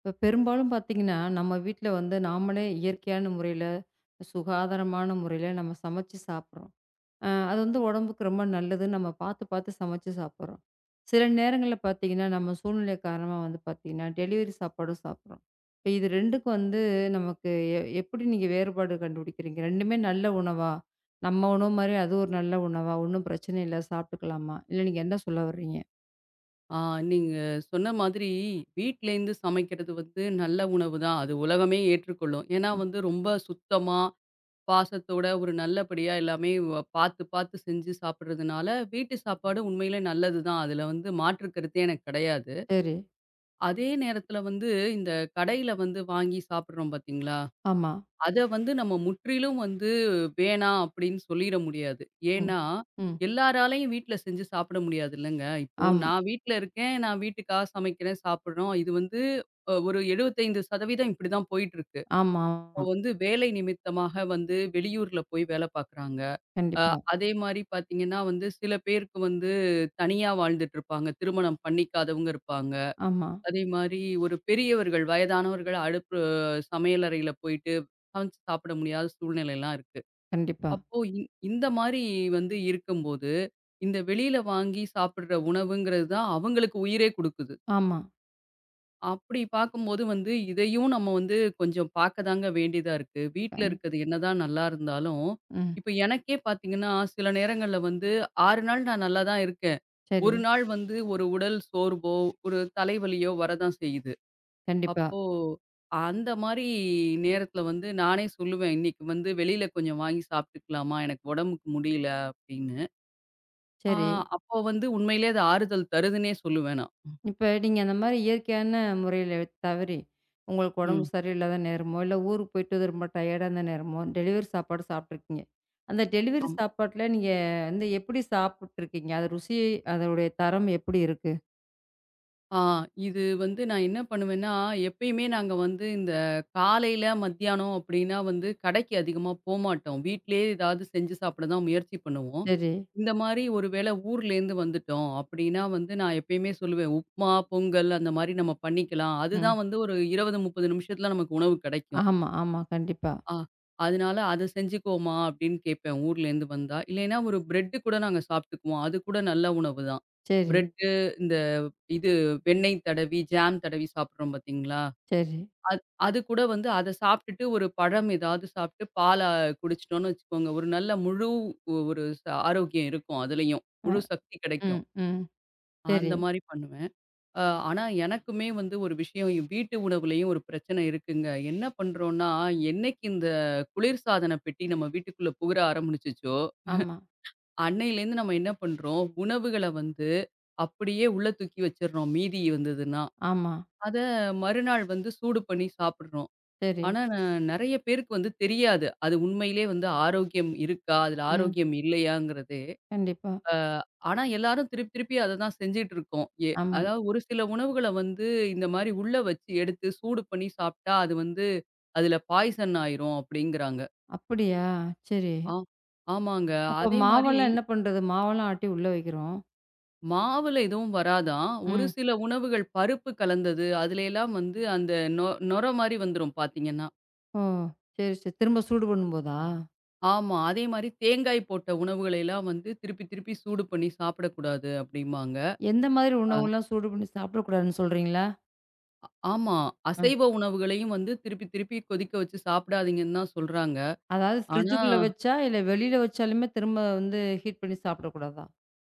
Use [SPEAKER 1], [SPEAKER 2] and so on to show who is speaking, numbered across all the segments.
[SPEAKER 1] இப்போ பெரும்பாலும் பார்த்தீங்கன்னா, நம்ம வீட்ல வந்து நாமளே இயற்கையான முறையில, சுகாதாரமான முறையில நம்ம சமைச்சு சாப்பிடுறோம். அது வந்து உடம்புக்கு ரொம்ப நல்லதுன்னு நம்ம பார்த்து, பார்த்து சமைச்சு சாப்பிடுறோம். சில நேரங்கள்ல பார்த்தீங்கன்னா, நம்ம சூழ்நிலை காரணமா வந்து பார்த்தீங்கன்னா, டெலிவரி சாப்பாடும் சாப்பிடுறோம். இப்போ இது 2க்கும் வந்து நமக்கு எப்படி நீங்க வேறுபாடு கண்டுபிடிக்கிறீங்க? 2மே நல்ல உணவா? நம்ம உணவு மாரி அது ஒரு நல்ல உணவா? ஒண்ணும் பிரச்சனை இல்ல சாப்பிட்டுக்கலாமா? இல்ல நீங்க என்ன சொல்ல வர்றீங்க?
[SPEAKER 2] ஆ நீங்க சொன்ன மாதிரி வீட்லேருந்து சமைக்கிறது வந்து நல்ல உணவு தான். அது உலகமே ஏற்றுக்கொள்ளும். ஏன்னா
[SPEAKER 1] ம்.
[SPEAKER 2] வந்து ரொம்ப சுத்தமா, பாசத்தோட ஒரு நல்லபடியா எல்லாமே பார்த்து, பார்த்து செஞ்சு சாப்பிடுறதுனால, வீட்டு சாப்பாடு உண்மையிலே நல்லது தான். அதுல வந்து மாற்று கருத்தே எனக்கு கிடையாது.
[SPEAKER 1] சரி.
[SPEAKER 2] அதே நேரத்துல வந்து இந்த கடையில வந்து வாங்கி சாப்பிடுறோம் பார்த்தீங்களா?
[SPEAKER 1] ஆமா.
[SPEAKER 2] அத வந்து நம்ம முற்றிலும் வந்து வேணாம் அப்படின்னு சொல்லிட முடியாது.
[SPEAKER 1] ம்.
[SPEAKER 2] ஏன்னா,
[SPEAKER 1] ம்.
[SPEAKER 2] எல்லாராலயும் வீட்ல செஞ்சு சாப்பிட முடியாது இல்லங்க. இப்போ
[SPEAKER 1] ஆமா.
[SPEAKER 2] நான் வீட்ல இருக்கேன், நான் வீட்டுக்காக சமைக்கிறேன், சாப்பிடுறோம். இது வந்து ஒரு 75% இப்படிதான் போயிட்டு இருக்கு.
[SPEAKER 1] ஆமா.
[SPEAKER 2] இப்போ வந்து வேலை நிமித்தமாக வந்து வெளியூர்ல போய் வேலை பார்க்குறாங்க. அ
[SPEAKER 1] கண்டிப்பா.
[SPEAKER 2] அதே மாரி பார்த்தீங்கன்னா வந்து சில பேருக்கு வந்து தனியா வாழ்ந்துட்டு இருப்பாங்க. திருமணம் பண்ணிக்காதவங்க இருப்பாங்க.
[SPEAKER 1] ஆமா.
[SPEAKER 2] அதே மாரி ஒரு பெரியவர்கள், வயதானவர்கள் அடுப்பு சமையலறையில போயிட்டு சமைச்சு சாப்பிட முடியாத சூழ்நிலைலாம் இருக்கு.
[SPEAKER 1] கண்டிப்பா.
[SPEAKER 2] அப்போ இந்த மாரி வந்து இருக்கும்போது, இந்த வெளியில வாங்கி சாப்பிடுற உணவுங்கிறது தான் அவங்களுக்கு உயிரே குடுக்குது.
[SPEAKER 1] ஆமா.
[SPEAKER 2] அப்படி பார்க்கும்போது வந்து இதையும் நம்ம வந்து கொஞ்சம் பார்க்க தாங்க வேண்டியதா இருக்கு. வீட்ல
[SPEAKER 1] கண்
[SPEAKER 2] இருக்கிறது என்னதான் நல்லா இருந்தாலும்,
[SPEAKER 1] ம்.
[SPEAKER 2] இப்ப எனக்கே பார்த்தீங்கன்னா, சில நேரங்கள்ல வந்து 6 நாள் நான் நல்லா தான் இருக்கேன்.
[SPEAKER 1] சரி.
[SPEAKER 2] ஒரு நாள் வந்து ஒரு உடல் சோர்வோ, ஒரு தலைவலியோ வரதான் செய்யுது.
[SPEAKER 1] கண்டிப்பா.
[SPEAKER 2] அப்போ, அந்த மாரி நேரத்தில வந்து நானே சொல்லுவேன், "இன்னைக்கு வந்து வெளியில கொஞ்சம் வாங்கி சாப்பிட்டுக்கலாமா? எனக்கு உடம்புக்கு முடியல" அப்படின்னு. ஆ
[SPEAKER 1] சரி.
[SPEAKER 2] அப்போ வந்து உண்மையிலேயே அது ஆறுதல் தருதுன்னே சொல்லுவேன் நான்.
[SPEAKER 1] இப்ப நீங்க அந்த மாரி இயற்கையான முறையில தவறி, உங்களுக்கு உடம்பு
[SPEAKER 2] ம்.
[SPEAKER 1] சரியில்லாத நேரமோ, இல்ல ஊருக்கு போயிட்டு ரொம்ப டயர்டா இருந்த நேரமோ, டெலிவரி சாப்பாடு சாப்பிட்டுருக்கீங்க. அந்த டெலிவரி
[SPEAKER 2] ஆமா.
[SPEAKER 1] சாப்பாட்ல நீங்க வந்து எப்படி சாப்பிட்டுருக்கீங்க? அது ருசி அதோடைய தரம் எப்படி இருக்கு?
[SPEAKER 2] ஆ இது வந்து நான் என்ன பண்ணுவேன்னா, எப்பயுமே நாங்க வந்து இந்த காலையில, மத்தியானம் அப்படின்னா வந்து கடைக்கு அதிகமா போமாட்டோம். வீட்டிலேயே ஏதாவது செஞ்சு சாப்பிட தான் முயற்சி பண்ணுவோம்.
[SPEAKER 1] சரி.
[SPEAKER 2] இந்த மாரி ஒரு வேளை ஊர்லேருந்து வந்துட்டோம் அப்படின்னா வந்து நான் எப்பயுமே சொல்லுவேன், உப்மா, பொங்கல் அந்த மாரி நம்ம பண்ணிக்கலாம்.
[SPEAKER 1] ம்.
[SPEAKER 2] அதுதான் வந்து ஒரு 20, 30 நிமிஷத்துல நமக்கு உணவு கிடைக்கும்.
[SPEAKER 1] ஆமா, ஆமா. கண்டிப்பா.
[SPEAKER 2] ஆ அதனால "அத செஞ்சுக்கோமா" அப்படின்னு கேட்பேன் ஊர்லேருந்து வந்தா. இல்லைன்னா ஒரு பிரெட்டு கூட நாங்க சாப்பிட்டுக்குவோம். அது கூட நல்ல உணவு தான்.
[SPEAKER 1] சரி,
[SPEAKER 2] பிரெட்டு இது வெண்ணெய் தடவி, ஜாம் தடவி சாப்பிடுறோம் பார்த்தீங்களா?
[SPEAKER 1] சரி.
[SPEAKER 2] அது அது கூட வந்து அத சாப்பிட்டுட்டு ஒரு பழம் ஏதாவது சாப்பிட்டு பால குடிச்சிட்டோம்னு வச்சுக்கோங்க, ஒரு நல்ல முழு ஒ- ஒரு ச ஆரோக்கியம் இருக்கும் அதுலயும்.
[SPEAKER 1] அ,
[SPEAKER 2] முழு சக்தி
[SPEAKER 1] ம்,
[SPEAKER 2] கிடைக்கும்.
[SPEAKER 1] ம். சரி.
[SPEAKER 2] அந்த மாரி பண்ணுவேன். அ ஆனா எனக்குமே வந்து ஒரு விஷயம் வீட்டு உணவுலயும் ஒரு பிரச்சனை இருக்குங்க. என்ன பண்றோம்னா, என்னைக்கு இந்த குளிர்சாதன பெட்டி நம்ம வீட்டுக்குள்ள புகுர ஆரம்பிச்சுச்சோ,
[SPEAKER 1] ஆமா,
[SPEAKER 2] அன்னையிலேருந்து நம்ம என்ன பண்றோம், உணவுகள வந்து அப்படியே உள்ள தூக்கி வச்சுடுறோம் மீதி இருந்ததுன்னா.
[SPEAKER 1] ஆமா.
[SPEAKER 2] அத மறுநாள் வந்து சூடு பண்ணி சாப்பிடுறோம்.
[SPEAKER 1] சரி.
[SPEAKER 2] ஆனா நெறைய பேருக்கு வந்து தெரியாது. அது உண்மையிலேயே வந்து ஆரோக்கியம் இருக்கா? அதுல
[SPEAKER 1] ம்.
[SPEAKER 2] ஆரோக்கியம் இல்லையாங்கிறது.
[SPEAKER 1] கண்டிப்பா.
[SPEAKER 2] அ ஆனா எல்லாரும் திருப்பி திருப்பி அத தான் செஞ்சுட்டு இருக்கோம்.
[SPEAKER 1] ஆமா.
[SPEAKER 2] அதாவது ஒரு சில உணவுகள வந்து இந்த மாரி உள்ள வச்சு எடுத்து சூடு பண்ணி சாப்ட்டா, அது வந்து அதுல பாய்சன் ஆயிரும் அப்டிங்கிறாங்க.
[SPEAKER 1] அப்படியா? சரி.
[SPEAKER 2] ஆ ஆமாங்க.
[SPEAKER 1] அப்ப
[SPEAKER 2] அதே மாரி
[SPEAKER 1] மாவெல்லாம் என்ன பண்றது? மாவெல்லாம் ஆட்டி உள்ள வைக்கிறோம்.
[SPEAKER 2] மாவுல எதுவும் வராதாம். ஒரு
[SPEAKER 1] ம்.
[SPEAKER 2] சில உணவுகள் பருப்பு கலந்தது, அதுலயெல்லாம் வந்து அந்த நொ நொர மாரி வந்துரும் பார்த்தீங்கன்னா.
[SPEAKER 1] ஓ! சரி, சரி. திரும்ப சூடு பண்ணும்போதா?
[SPEAKER 2] ஆமா. அதே மாரி தேங்காய் போட்ட உணவுகளை எல்லாம் வந்து திருப்பி திருப்பி சூடு பண்ணி சாப்பிடக்கூடாது அப்டிம்பாங்க.
[SPEAKER 1] எந்த மாதிரி
[SPEAKER 2] அ
[SPEAKER 1] உணவுலாம் சூடு பண்ணி சாப்பிடக்கூடாதுன்னு சொல்றீங்களா?
[SPEAKER 2] ஆமா.
[SPEAKER 1] ம்.
[SPEAKER 2] அசைவ உணவுகளையும் வந்து திருப்பி திருப்பி கொதிக்க வச்சு சாப்பிடாதீங்கன்னு தான் சொல்றாங்க.
[SPEAKER 1] அதாவது
[SPEAKER 2] ஆனா
[SPEAKER 1] ஃப்ரிட்ஜுக்குள்ள வச்சா, இல்ல வெளியில வச்சாலுமே திரும்ப வந்து ஹீட் பண்ணி சாப்பிடக்கூடாதா?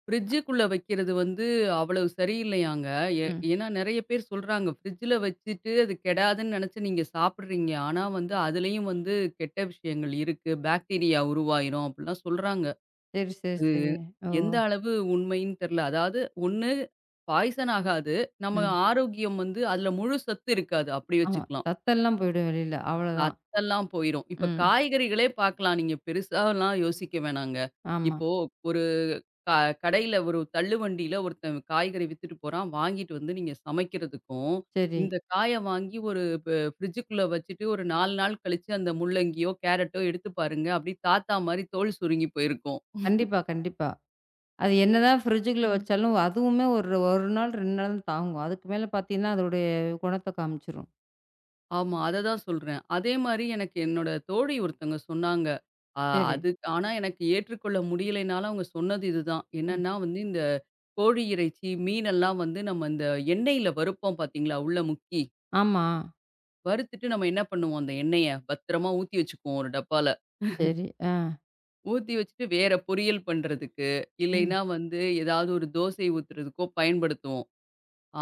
[SPEAKER 2] ஃப்ரிட்ஜுக்குள்ள வைக்கிறது வந்து அவ்வளவு சரியில்லையாங்க. ஏ
[SPEAKER 1] ம்.
[SPEAKER 2] ஏன்னா நெறைய பேர் சொல்றாங்க, ஃப்ரிட்ஜில வச்சுட்டு அது கெடாதுன்னு நெனச்சு நீங்க சாப்பிடுறீங்க. ஆனா வந்து அதுலயும் வந்து கெட்ட விஷயங்கள் இருக்கு. பாக்டீரியா உருவாயிரும் அப்டிலாம் சொல்றாங்க.
[SPEAKER 1] சரி, சரி, சரி. ஓ!
[SPEAKER 2] எந்த அளவு உண்மைன்னு தெரியல. அதாவது ஒண்ணு பாய்சன் ஆகாது. நம்ம
[SPEAKER 1] ம்.
[SPEAKER 2] ஆரோக்கியம் வந்து அதுல முழு சத்து இருக்காது. அப்படி
[SPEAKER 1] ஆமா.
[SPEAKER 2] வச்சுக்கலாம்.
[SPEAKER 1] சத்தெல்லாம் போயிடும் வெளியில. அவ்வளதான்.
[SPEAKER 2] சத்தெல்லாம் போயிரும். இப்ப
[SPEAKER 1] ம்.
[SPEAKER 2] காய்கறிகளே பார்க்கலாம். நீங்க பெருசாலாம் யோசிக்க வேணாங்க.
[SPEAKER 1] ஆமா.
[SPEAKER 2] இப்போ ஒரு க கடையில ஒரு தள்ளுவண்டியில ஒருத்தன் காய்கறி வித்துட்டு போறான். வாங்கிட்டு வந்து நீங்க சமைக்கிறதுக்கும்,
[SPEAKER 1] சரி.
[SPEAKER 2] இந்த காய வாங்கி ஒரு ப ஃப்ரிட்ஜுக்குள்ள வச்சுட்டு ஒரு 4 நாள் கழிச்சு அந்த முள்ளங்கியோ, கேரட்டோ எடுத்து பாருங்க. அப்படியே தாத்தா மாரி தோல் சுருங்கி போயிருக்கும்.
[SPEAKER 1] கண்டிப்பா, கண்டிப்பா. அது என்னதான் ஃப்ரிட்ஜுக்குள்ள வச்சாலும், அதுவுமே ஒரு 1 நாள், 2 நாள் தான் தாங்கும். அதுக்கு மேல பார்த்தீங்கன்னா, அதோடைய குணத்த காமிச்சுரும்.
[SPEAKER 2] ஆமா. அத தான் சொல்றேன். அதே மாரி எனக்கு என்னோட தோழி ஒருத்தங்க சொன்னாங்க. அ
[SPEAKER 1] சரி.
[SPEAKER 2] அது ஆனா எனக்கு ஏற்றுக்கொள்ள முடியலைனாலும் அவங்க சொன்னது இதுதான்.
[SPEAKER 1] ம்.
[SPEAKER 2] என்னன்னா வந்து இந்த கோழி இறைச்சி, மீனெல்லாம் வந்து நம்ம இந்த எண்ணெயில வறுப்போம் பார்த்தீங்களா, உள்ள முக்கி.
[SPEAKER 1] ஆமா.
[SPEAKER 2] வறுத்துட்டு நம்ம என்ன பண்ணுவோம், அந்த எண்ணெய பத்திரமா ஊத்தி வச்சுக்குவோம் ஒரு டப்பால.
[SPEAKER 1] சரி. ஆ.
[SPEAKER 2] ஊத்தி வச்சுட்டு வேற பொரியல் பண்றதுக்கு,
[SPEAKER 1] ம்.
[SPEAKER 2] இல்லைன்னா வந்து ஏதாவது ஒரு தோசை ஊத்துறதுக்கோ பயன்படுத்துவோம்.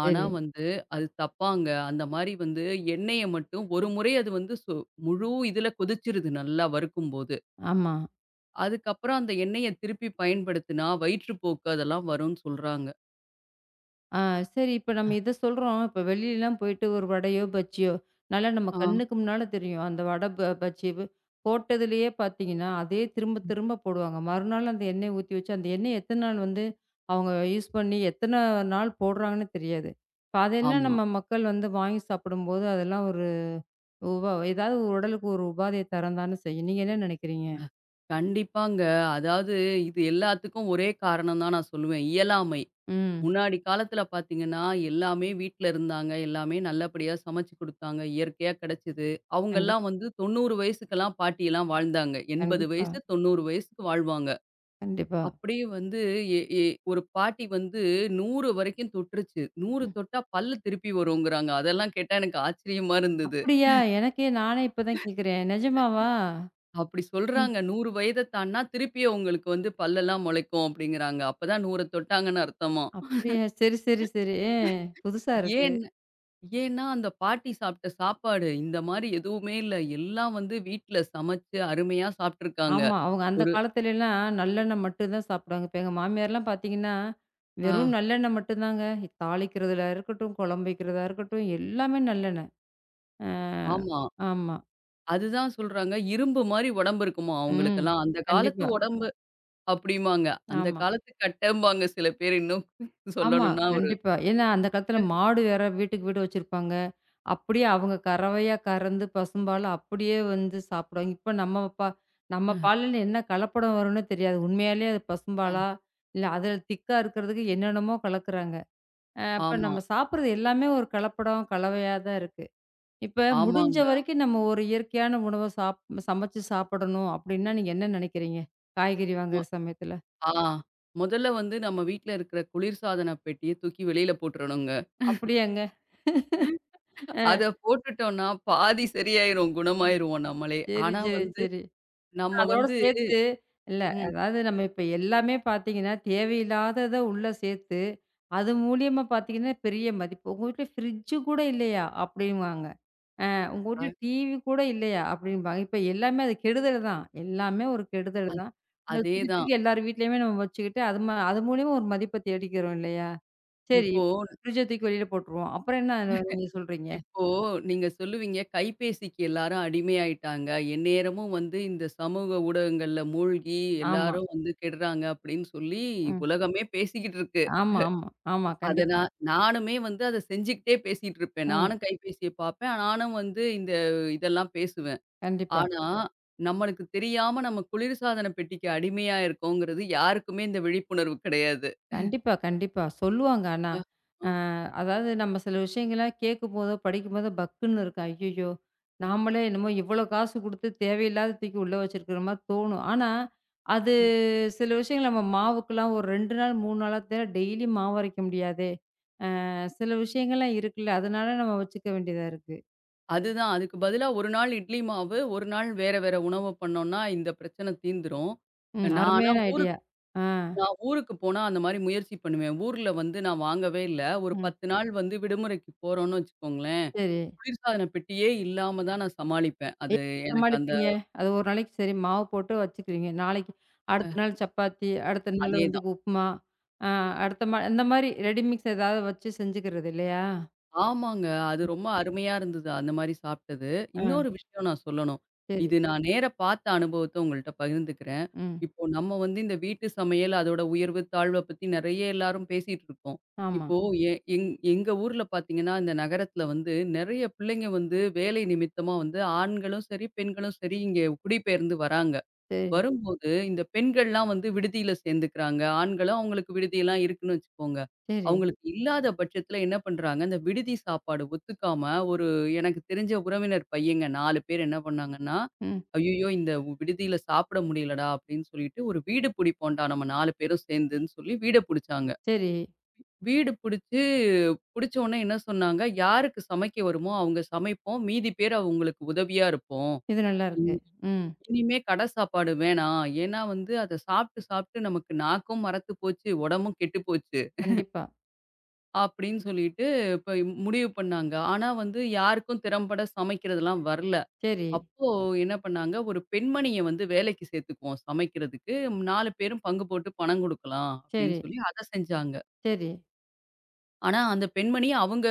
[SPEAKER 2] ஆனா
[SPEAKER 1] சரி.
[SPEAKER 2] வந்து, அது தப்பாங்க. அந்த மாரி வந்து எண்ணெய மட்டும் ஒரு முறை அது வந்து முழு இதுல கொதிச்சிருது நல்லா வறுக்கும்போது.
[SPEAKER 1] ஆமா.
[SPEAKER 2] அதுக்கப்புறம் அந்த எண்ணெய திருப்பி பயன்படுத்தினா, வயிற்றுப்போக்கு அதெல்லாம் வரும்னு சொல்றாங்க.
[SPEAKER 1] ஆ சரி இப்ப நம்ம இத சொல்றோம். இப்ப வெளிலலாம் போயிட்டு ஒரு வடையோ, பஜ்ஜியோ நல்லா நம்ம
[SPEAKER 2] ஆ,
[SPEAKER 1] கண்ணுக்கு முன்னால தெரியும். அந்த வடை, பஜ்ஜி போட்டதுலயே பார்த்தீங்கன்னா, அதே திரும்ப திரும்ப போடுவாங்க. மறுநாள் அந்த எண்ணெய ஊத்தி வச்சு, அந்த எண்ணெய் எத்தன நாள் வந்து அவங்க யூஸ் பண்ணி எத்தன நாள் போடுறாங்கன்னு தெரியாது. இப்ப அதெல்லாம்
[SPEAKER 2] ஆமா.
[SPEAKER 1] நம்ம மக்கள் வந்து வாங்கி சாப்பிடும்போது, அதெல்லாம் ஒரு உபா ஏதாவது உடலுக்கு ஒரு உபாதைய தரந்தான்னு செய்யும். நீங்க என்ன நினைக்கிறீங்க?
[SPEAKER 2] அ. கண்டிப்பாங்க. அதாவது இது எல்லாத்துக்கும் ஒரே காரணம் தான் நான் சொல்லுவேன். இயலாமை.
[SPEAKER 1] ம்.
[SPEAKER 2] முன்னாடி காலத்துல பார்த்தீங்கன்னா, எல்லாமே வீட்ல இருந்தாங்க. எல்லாமே நல்லபடியா சமைச்சு குடுத்தாங்க. இயற்கையா கிடைச்சது.
[SPEAKER 1] கண்டிப்
[SPEAKER 2] அவங்கலாம் வந்து 90 வயசுக்கெல்லாம் பாட்டியெல்லாம் வாழ்ந்தாங்க. 80
[SPEAKER 1] கண்டிப்பா.
[SPEAKER 2] வயசு, 90 வயசுக்கு வாழ்வாங்க.
[SPEAKER 1] கண்டிப்பா.
[SPEAKER 2] அப்படியே வந்து எ எ ஒரு பாட்டி வந்து 100 வரைக்கும் தொட்டுருச்சு. 100
[SPEAKER 1] ம்.
[SPEAKER 2] தொட்டா பல்லு திருப்பி வருங்கிறாங்க. அதெல்லாம் கேட்டா எனக்கு ஆச்சரியமா இருந்தது.
[SPEAKER 1] அப்படியா? எனக்கே நானே இப்ப தான் கேட்கிறேன். நிஜமாவா?
[SPEAKER 2] அப்படி
[SPEAKER 1] ம்.
[SPEAKER 2] சொல்றாங்க. 100 வயத தாண்டுனா திருப்பியும் உங்களுக்கு வந்து பல்லெல்லாம் முளைக்கும் அப்படிங்கிறாங்க. அப்பதான் 100 தொட்டாங்கன்னு அர்த்தமாம்.
[SPEAKER 1] அப்படியா? சரி, சரி, சரி. ஏ, புதுசா இருக்கு.
[SPEAKER 2] ஏன் ஏன்னா அந்த பாட்டி சாப்பிட்ட சாப்பாடு இந்த மாரி எதுவுமே இல்ல. எல்லாம் வந்து வீட்ல சமைச்சு அருமையா சாப்ட்டுருக்காங்க.
[SPEAKER 1] ஆமா. அவங்க அந்த
[SPEAKER 2] ஒரு
[SPEAKER 1] காலத்துலலாம் நல்லெண்ணெய் மட்டும் தான் சாப்பிடுவாங்க. இப்ப எங்க மாமியார்லாம் பார்த்தீங்கன்னா,
[SPEAKER 2] ஆ
[SPEAKER 1] வெறும் நல்லெண்ணெய் மட்டும் தாங்க. தாளிக்கிறதுல இருக்கட்டும், குழம்பு வைக்கிறதா இருக்கட்டும், எல்லாமே நல்லெண்ணெய். அ
[SPEAKER 2] ஆமா.
[SPEAKER 1] ஆமா.
[SPEAKER 2] அதுதான் சொல்றாங்க. இரும்பு மாரி உடம்பு இருக்குமாம்
[SPEAKER 1] ம்.
[SPEAKER 2] அவங்களுக்கெல்லாம். அந்த காலத்து
[SPEAKER 1] கண்டிப்பா.
[SPEAKER 2] உடம்பு அப்படிம்பாங்க. அந்த
[SPEAKER 1] ஆமா.
[SPEAKER 2] காலத்து கட்டம்பாங்க சில பேர் இன்னும்
[SPEAKER 1] ஆமா.
[SPEAKER 2] சொல்லணும்னா
[SPEAKER 1] கண்டிப்பா. ஏன்னா அந்த காலத்துல மாடு வேற வீட்டுக்கு வீடு வச்சிருப்பாங்க. அப்படியே அவங்க கறவையா கறந்து பசும்பால அப்படியே வந்து சாப்பிடுவாங்க. இப்ப நம்ம பால்ல என்ன கலப்படம் வரும்னு தெரியாது. உண்மையாலே அது
[SPEAKER 2] ஆ
[SPEAKER 1] பசும்பாலா? இல்ல அதில திக்கா இருக்கிறதுக்கு என்னென்னமோ கலக்குறாங்க. அப்ப
[SPEAKER 2] ஆமா,
[SPEAKER 1] நம்ம சாப்பிடுறது எல்லாமே ஒரு கலப்படம், கலவையா தான் இருக்கு. இப்ப முடிஞ்ச
[SPEAKER 2] ஆமாங்க.
[SPEAKER 1] வரைக்கும் நம்ம ஒரு இயற்கையான உணவ சாப் சமைச்சு சாப்பிடணும் அப்படின்னா, நீங்க என்ன நினைக்கிறீங்க? காய்கறி வாங்குற சமயத்துல?
[SPEAKER 2] ஆ. முதல்ல வந்து நம்ம வீட்ல இருக்கிற குளிர்சாதன பெட்டிய தூக்கி வெளியில போட்டுறணுங்க.
[SPEAKER 1] அப்படியாங்க? அ
[SPEAKER 2] அத போட்டுட்டோம்னா பாதி சரியாயிரும், குணமாயிருவோம் நம்மளே.
[SPEAKER 1] சரி,
[SPEAKER 2] ஆனா
[SPEAKER 1] சரி,
[SPEAKER 2] வந்து
[SPEAKER 1] சரி.
[SPEAKER 2] நம்ம
[SPEAKER 1] அதோட
[SPEAKER 2] வந்து
[SPEAKER 1] சேர்த்து இல்ல,
[SPEAKER 2] ம்.
[SPEAKER 1] அதாவது நம்ம இப்ப எல்லாமே பார்த்தீங்கன்னா, தேவையில்லாதத உள்ள சேர்த்து, அது மூலியமா பார்த்தீங்கன்னா, பெரிய மதிப்பு. "உங்க வீட்ல ஃப்ரிட்ஜ் கூட இல்லையா?" அப்படின்வாங்க. "அ உங்க வீட்ல
[SPEAKER 2] அ
[SPEAKER 1] டிவி கூட இல்லையா?" அப்படின்பாங்க. இப்ப எல்லாமே அது கெடுதல் தான். எல்லாமே ஒரு கெடுதல் தான். அத தூக்கி
[SPEAKER 2] அதேதான்.
[SPEAKER 1] தூக்கி எல்லார் வீட்லயுமே நம்ம வச்சுக்கிட்டு, அது மூலியமா ஒரு மதிப்ப தேடிக்கிறோம் இல்லையா? சரி,
[SPEAKER 2] இப்போ
[SPEAKER 1] ஃப்ரிட்ஜ தூக்கி வெளியில போட்டுருவோம். அப்புறம் என்ன நீங்க சொல்றீங்க?
[SPEAKER 2] இப்போ நீங்க சொல்லுவீங்க, கைபேசிக்கு எல்லாரும் அடிமையாயிட்டாங்க. எந்நேரமும் வந்து இந்த சமூக ஊடகங்கள்ல மூழ்கி
[SPEAKER 1] ஆமா.
[SPEAKER 2] எல்லாரும் வந்து கெடுறாங்க அப்படின்னு சொல்லி
[SPEAKER 1] ம்.
[SPEAKER 2] உலகமே பேசிக்கிட்டு இருக்கு.
[SPEAKER 1] ஆமா, ஆமா. ஆமா.
[SPEAKER 2] அத
[SPEAKER 1] கண்டிப்பா.
[SPEAKER 2] நானுமே வந்து அத செஞ்சுக்கிட்டே பேசிட்டு இருப்பேன்.
[SPEAKER 1] ம்.
[SPEAKER 2] நானும் கைபேசிய பார்ப்பேன். நானும் வந்து இந்த இதெல்லாம் பேசுவேன்.
[SPEAKER 1] கண்டிப்பா.
[SPEAKER 2] ஆனா, நம்மளுக்கு தெரியாம நம்ம குளிர்சாதன பெட்டிக்கு அடிமையா இருக்கோங்கிறது யாருக்குமே இந்த விழிப்புணர்வு கிடையாது.
[SPEAKER 1] கண்டிப்பா, கண்டிப்பா. சொல்லுவாங்க ஆனா.
[SPEAKER 2] அ,
[SPEAKER 1] அ
[SPEAKER 2] அ.
[SPEAKER 1] அதாவது நம்ம சில விஷயங்கள்லாம் கேட்கும்போதோ, படிக்கும்போதோ பக்குன்னு இருக்கும். ஐய்யய்யோ! நாமளே என்னமோ இவ்வளோ காசு குடுத்து தேவையில்லாத தூக்கி உள்ள வச்சிருக்கிற மாரி தோணும். ஆனா, அது
[SPEAKER 2] ம்.
[SPEAKER 1] சில விஷயங்கள் நம்ம மாவுக்கெல்லாம் ஒரு 2 நாள், 3 நாளா தேட டெய்லி மாவு அரைக்க முடியாதே! அ சில விஷயங்கள்லாம் இருக்குல்ல. அதனால நம்ம வச்சுக்க வேண்டியதா இருக்கு.
[SPEAKER 2] அதுதான் அதுக்கு பதிலா ஒரு நாள் இட்லி மாவு, ஒரு நாள் வேற வேற உணவு பண்ணோம்னா இந்த பிரச்சனை தீந்துரும்.
[SPEAKER 1] ம்.
[SPEAKER 2] நான் ஆனா
[SPEAKER 1] அருமையான ஐடியா.
[SPEAKER 2] ஊருக்கு
[SPEAKER 1] ஆ.
[SPEAKER 2] நான் ஊருக்கு போனா அந்த மாரி முயற்சி பண்ணுவேன். ஊர்ல வந்து நான் வாங்கவே இல்ல. ஒரு
[SPEAKER 1] ம்.
[SPEAKER 2] 10 நாள் வந்து விடுமுறைக்கு போறோம்னு வச்சுக்கோங்களேன்,
[SPEAKER 1] சரி.
[SPEAKER 2] குளிர்சாதன பெட்டியே இல்லாம தான் நான் சமாளிப்பேன்.
[SPEAKER 1] எ
[SPEAKER 2] அது எனக்கு அந்த
[SPEAKER 1] சமாளிப்பீங்க? அது ஒரு நாளைக்கு சரி மாவு போட்டு வச்சுக்குவீங்க. நாளைக்கு அடுத்த நாள் சப்பாத்தி, அடுத்த நாள்
[SPEAKER 2] அதே
[SPEAKER 1] வந்து
[SPEAKER 2] தான்.
[SPEAKER 1] உப்புமா, அ அடுத்த மா இந்த மாரி ரெடி மிக்ஸ் ஏதாவது வச்சு செஞ்சுக்கிறது இல்லையா?
[SPEAKER 2] ஆமாங்க. அது
[SPEAKER 1] ம்.
[SPEAKER 2] ரொம்ப அருமையா இருந்தது. அந்த மாரி சாப்ட்டது.
[SPEAKER 1] ஆ
[SPEAKER 2] இன்னொரு விஷயம் நான் சொல்லணும்.
[SPEAKER 1] சரி.
[SPEAKER 2] இது நான் நேர பார்த்த அனுபவத்த உங்கள்ட்ட பகிர்ந்துக்கிறேன்.
[SPEAKER 1] ம்.
[SPEAKER 2] இப்போ நம்ம வந்து இந்த வீட்டு சமையல், அதோட உயர்வு, தாழ்வ பத்தி நெறைய எல்லாரும் பேசிட்டு இருக்கோம்.
[SPEAKER 1] ஆமா.
[SPEAKER 2] இப்போ எ எங் எங்க ஊர்ல பார்த்தீங்கன்னா, இந்த நகரத்தில வந்து நெறைய பிள்ளைங்க வந்து வேலை நிமித்தமா வந்து ஆண்களும் சரி, பெண்களும் சரி இங்கே குடிபெயர்ந்து வராங்க.
[SPEAKER 1] சரி,
[SPEAKER 2] வரும்போது, இந்த பெண்கள்லாம் வந்து விடுதியில சேர்ந்துக்கிறாங்க. ஆண்களும் அவங்களுக்கு விடுதியெல்லாம் இருக்குன்னு வச்சுக்கோங்க.
[SPEAKER 1] சரி.
[SPEAKER 2] அவங்களுக்கு இல்லாத பட்சத்தில என்ன பண்றாங்க, இந்த விடுதி சாப்பாடு ஒத்துக்காம ஒரு எனக்கு தெரிஞ்ச உறவினர் பையங்க 4 பேர் என்ன பண்ணாங்கன்னா,
[SPEAKER 1] ம்.
[SPEAKER 2] "ஐய்யயோ! இந்த விடுதியில சாப்பிட முடியலடா" அப்படின்னு சொல்லிட்டு, "ஒரு வீடு புடிப்போம்டா நம்ம 4 பேரும் சேர்ந்துன்னு" சொல்லி வீட புடிச்சாங்க.
[SPEAKER 1] சரி.
[SPEAKER 2] வீடு புடிச்சு, புடிச்ச உடனே என்ன சொன்னாங்க, "யாருக்கு சமைக்க வருமோ அவங்க சமைப்போம். மீதி பேர் அவங்களுக்கு உதவியா இருப்போம்."
[SPEAKER 1] இது நல்லாருக்கு. ம்.
[SPEAKER 2] இனிமே கடை சாப்பாடு வேணாம். ஏன்னா வந்து அத சாப்பிட்டு, சாப்பிட்டு நமக்கு நாக்கும் மரத்து போச்சு, உடம்பும் கெட்டு போச்சு.
[SPEAKER 1] கண்டிப்பா.
[SPEAKER 2] அப்படின்னு சொல்லிட்டு இப்ப முடிவு பண்ணாங்க. ஆனா வந்து யாருக்கும் திறம்பட சமைக்கிறதெல்லாம் வரல.
[SPEAKER 1] சரி,
[SPEAKER 2] அப்போ என்ன பண்ணாங்க, ஒரு பெண்மணிய வந்து வேலைக்கு சேர்த்துக்குவோம் சமைக்கிறதுக்கு. 4 பேரும் பங்கு போட்டு பணம் குடுக்கலாம் அப்படின்னு
[SPEAKER 1] சரி,
[SPEAKER 2] சொல்லி அத செஞ்சாங்க.
[SPEAKER 1] சரி.
[SPEAKER 2] ஆனா அந்த பெண்மணி அவங்க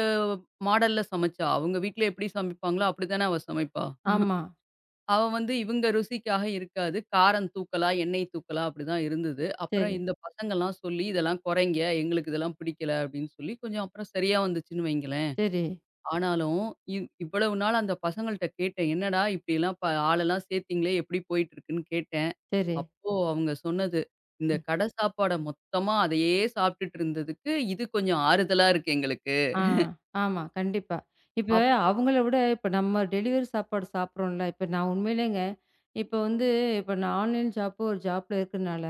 [SPEAKER 2] மாடல்ல சமைச்சா. அவங்க வீட்ல எப்படி சமைப்பாங்களோ அப்படித்தானே அவ சமைப்பா.
[SPEAKER 1] ஆமா.
[SPEAKER 2] அவ வந்து இவங்க ருசிக்காக இருக்காது. காரம் தூக்கலா, எண்ணெய் தூக்கலா அப்படிதான் இருந்தது. அப்புறம்
[SPEAKER 1] சரி,
[SPEAKER 2] இந்த பசங்கள்லாம் சொல்லி, "இதெல்லாம் குறைங்க. எங்களுக்கு இதெல்லாம் பிடிக்கல." அப்படின்னு சொல்லி கொஞ்சம் அப்புறம் சரியா வந்துச்சுன்னு வைங்களேன்.
[SPEAKER 1] சரி,
[SPEAKER 2] ஆனாலும் இவ்வளவு நாள் அந்த பசங்கள்ட்ட கேட்டேன். "என்னடா இப்படியெல்லாம் ஆளெல்லாம் சேர்த்தீங்களே எப்படி போயிட்டுருக்குன்னு?" கேட்டேன்.
[SPEAKER 1] சரி.
[SPEAKER 2] அப்போ அவங்க சொன்னது, "இந்த கடை சாப்பாட மொத்தமா அதையே சாப்பிட்டுட்டு இருந்ததுக்கு, இது கொஞ்சம் ஆறுதலா இருக்கு எங்களுக்கு."
[SPEAKER 1] ஆ, ஆமா. கண்டிப்பா. இப்ப
[SPEAKER 2] அப்
[SPEAKER 1] அவங்கள விட இப்ப நம்ம டெலிவரி சாப்பாடு சாப்பிடுறோம்ல, இப்ப நான் உண்மையிலேங்க இப்ப வந்து இப்ப நான் ஆன்லைன் ஜாப் ஒரு ஜாப்ல இருக்கனால,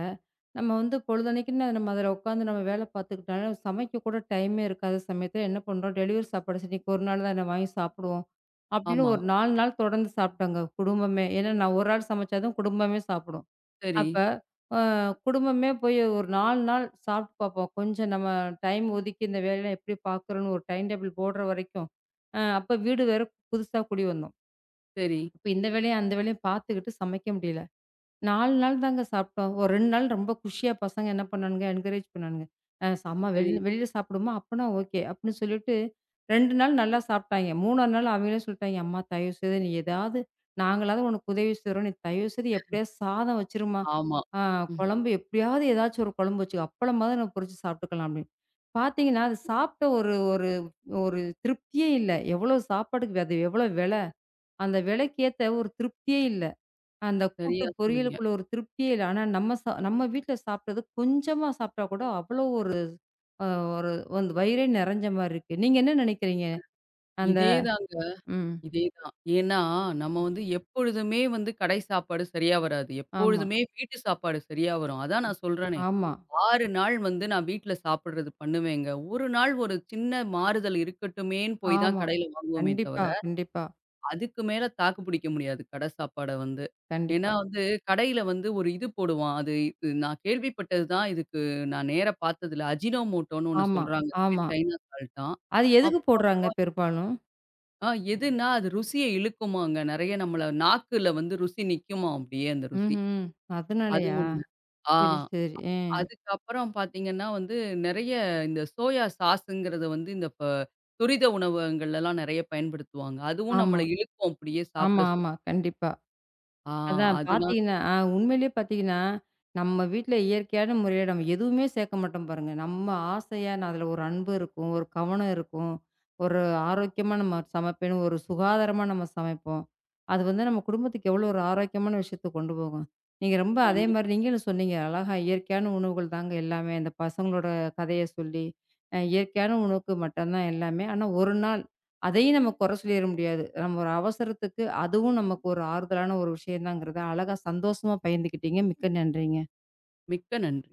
[SPEAKER 1] நம்ம வந்து பொழுதன்னைக்குன்னு நம்ம அதில உட்காந்து நம்ம வேலை பார்த்துக்கிட்டனால சமைக்க கூட டைமே இருக்காத சமயத்தில என்ன பண்றோம், டெலிவரி சாப்பாடு சரி இன்னைக்கு ஒரு நாள் தான வாங்கி சாப்பிடுவோம். அப்படின்னு
[SPEAKER 2] ஆமா.
[SPEAKER 1] ஒரு 4 நாள் தொடர்ந்து சாப்பிட்டோங்க குடும்பமே. ஏன்னா நான் ஒரு ஆள் சமைச்சா தான் குடும்பமே சாப்பிடும்.
[SPEAKER 2] சரி,
[SPEAKER 1] அப்ப, அ குடும்பமே போய் ஒரு 4 நாள் சாப்ட்டு பாப்போம். கொஞ்சம் நம்ம டைம் ஒதுக்கி இந்த வேலையெல்லாம் எப்படி பாக்குறோம்னு ஒரு டைம் டேபிள் போடுற வரைக்கும், அ அப்ப வீடு வேற புதுசா குடி வந்தோம்.
[SPEAKER 2] சரி,
[SPEAKER 1] அப்ப இந்த வேலையும், அந்த வேலையும் பாத்துக்கிட்டு சமைக்க முடியல. 4 நாள் தாங்க சாப்பிட்டோம். ஒரு 2 நாள் ரொம்ப குஷியா பசங்க என்ன பண்ணானுங்க, என்கரேஜ் பண்ணானுங்க. அ "அம்மா
[SPEAKER 2] சரி.
[SPEAKER 1] வெளில வெளில சாப்பிடுவோமா? அப்பன்னா ஓகே." அப்படின்னு சொல்லிட்டு 2 நாள் நல்லா சாப்பிட்டாய்ங்க. 3ஆவது நாள் அவங்களே சொல்லிட்டாய்ங்க, "அம்மா தயவு செய்து நீ ஏதாவது நாங்களாவது உனக்கு உதவி செய்றோம். நீ தயவு செய்து எப்படியாவது சாதம் வச்சுரும்மா.
[SPEAKER 2] ஆமா.
[SPEAKER 1] ஆ
[SPEAKER 2] ம்.
[SPEAKER 1] குழம்பு எப்படியாவது ஏதாச்சும் ஒரு குழம்பு வச்சுக்கோ. அப்பளமாவது நம்ம பொரிச்சு சாப்பிட்டுக்கலாம்." அப்படின்னு. பார்த்தீங்கன்னா, அது சாப்பிட்ட ஒரு ஒரு ஒரு திருப்தியே இல்ல. எவ்வளோ சாப்பாட்டுக்கு அது எவ்வளோ விலை. அந்த விலைக்கு ஏத்த ஒரு திருப்தியே இல்ல. அந்த கூட்டு
[SPEAKER 2] சரியா சொன்னீங்க.
[SPEAKER 1] பொரியலுக்குள்ள ஒரு திருப்தியே இல்ல. ஆனா நம்ம வீட்ல சாப்பிட்டது கொஞ்சமா சாப்பிட்டா கூட அவ்வளோ ஒரு அ ஒரு வந்து வயிறே நெறஞ்ச மாரி இருக்கு. நீங்க என்ன நினைக்கிறீங்க? அந்த
[SPEAKER 2] இதே தாங்க.
[SPEAKER 1] ம்.
[SPEAKER 2] இதேதான். ஏன்னா, நம்ம வந்து எப்பொழுதுமே வந்து கடை சாப்பாடு சரியா வராது.
[SPEAKER 1] ஆமா,
[SPEAKER 2] எப்பொழுதுமே வீட்டு சாப்பாடு சரியா வரும். அதான் நான் சொல்றேனே,
[SPEAKER 1] ஆமா,
[SPEAKER 2] 6 நாள் வந்து நான் வீட்ல சாப்பிடுறது பண்ணுவேங்க. ஒரு நாள் ஒரு சின்ன மாறுதல் இருக்கட்டுமேன்னு போய் தான்
[SPEAKER 1] ஆமா.
[SPEAKER 2] கடையில வாங்குவோமே தவிர,
[SPEAKER 1] கண்டிப்பா, கண்டிப்பா,
[SPEAKER 2] அதுக்கு மேல தாக்கு பிடிக்க முடியாது கடை சாப்பாட வந்து. ஏன்னா
[SPEAKER 1] கண்டிப்பா.
[SPEAKER 2] வந்து கடையில வந்து ஒரு இது போடுவான். அது இது நான் கேள்விப்பட்டது தான். இதுக்கு நான் நேரா பார்த்ததில்ல. அஜினோமோட்டோன்னு ஒண்ணு
[SPEAKER 1] ஆமா,
[SPEAKER 2] சொல்றாங்க. இது பேர்
[SPEAKER 1] ஆமா.
[SPEAKER 2] சைனா சால்ட்டாம்.
[SPEAKER 1] அது எதுக்கு போடுறாங்க பெரும்பாலும்?
[SPEAKER 2] எதுன்னா, அது ருசிய இழுக்குமாங்க. நெறைய நம்மள நாக்குல வந்து ருசி நிக்குமாம் அப்படியே அந்த ருசி.
[SPEAKER 1] ம்ஹ்ம்.
[SPEAKER 2] அது
[SPEAKER 1] அதனாலயா?
[SPEAKER 2] ஒண்ணு. ஆ
[SPEAKER 1] சரி, சரி. அ.
[SPEAKER 2] அதுக்கப்புறம் பார்த்தீங்கன்னா வந்து, நெறைய இந்த சோயா சாஸுங்கிறத வந்து இந்த துரித உணவகங்கள்லலாம் நெறைய பயன்படுத்துவாங்க. அதுவும்
[SPEAKER 1] ஆமா,
[SPEAKER 2] நம்மள இழுக்கும் அப்படியே சாப்பிட
[SPEAKER 1] ஆமா,
[SPEAKER 2] சொல்லி.
[SPEAKER 1] ஆமா. கண்டிப்பா.
[SPEAKER 2] ஆ
[SPEAKER 1] அதான்
[SPEAKER 2] அதனால
[SPEAKER 1] பார்த்தீங்கன்னா, ஆ உண்மையிலேயே பார்த்தீங்கன்னா, நம்ம வீட்ல இயற்கையான முறையில நம்ம எதுவுமே சேர்க்க மாட்டோம் பாருங்க. நம்ம ஆசையா நான் அதில ஒரு அன்பு இருக்கும், ஒரு கவனம் இருக்கும், ஒரு ஆரோக்கியமா நம்ம சமைப்பேன்னு, ஒரு சுகாதாரமா நம்ம சமைப்போம். அது வந்து நம்ம குடும்பத்துக்கு எவ்வளோ ஒரு ஆரோக்கியமான விஷயத்த கொண்டு போகும். நீங்க ரொம்ப அதே மாரி
[SPEAKER 2] கண்டிப்பா.
[SPEAKER 1] நீங்களும் சொன்னீங்க. அழகா இயற்கையான உணவுகள் தாங்க எல்லாமே. அந்த பசங்களோட கதைய சொல்லி, அ இயற்கையான உணவுக்கு மட்டும் தான் எல்லாமே. ஆனா ஒரு நாள் அதையும் நம்ம குறை சொல்லிற முடியாது. நம்ம ஒரு அவசரத்துக்கு அதுவும் நமக்கு ஒரு ஆறுதலான ஒரு விஷயம் தாங்கிறத அழகா சந்தோஷமா பகிர்ந்துக்கிட்டீங்க. மிக்க நன்றிங்க.
[SPEAKER 2] மிக்க நன்றி.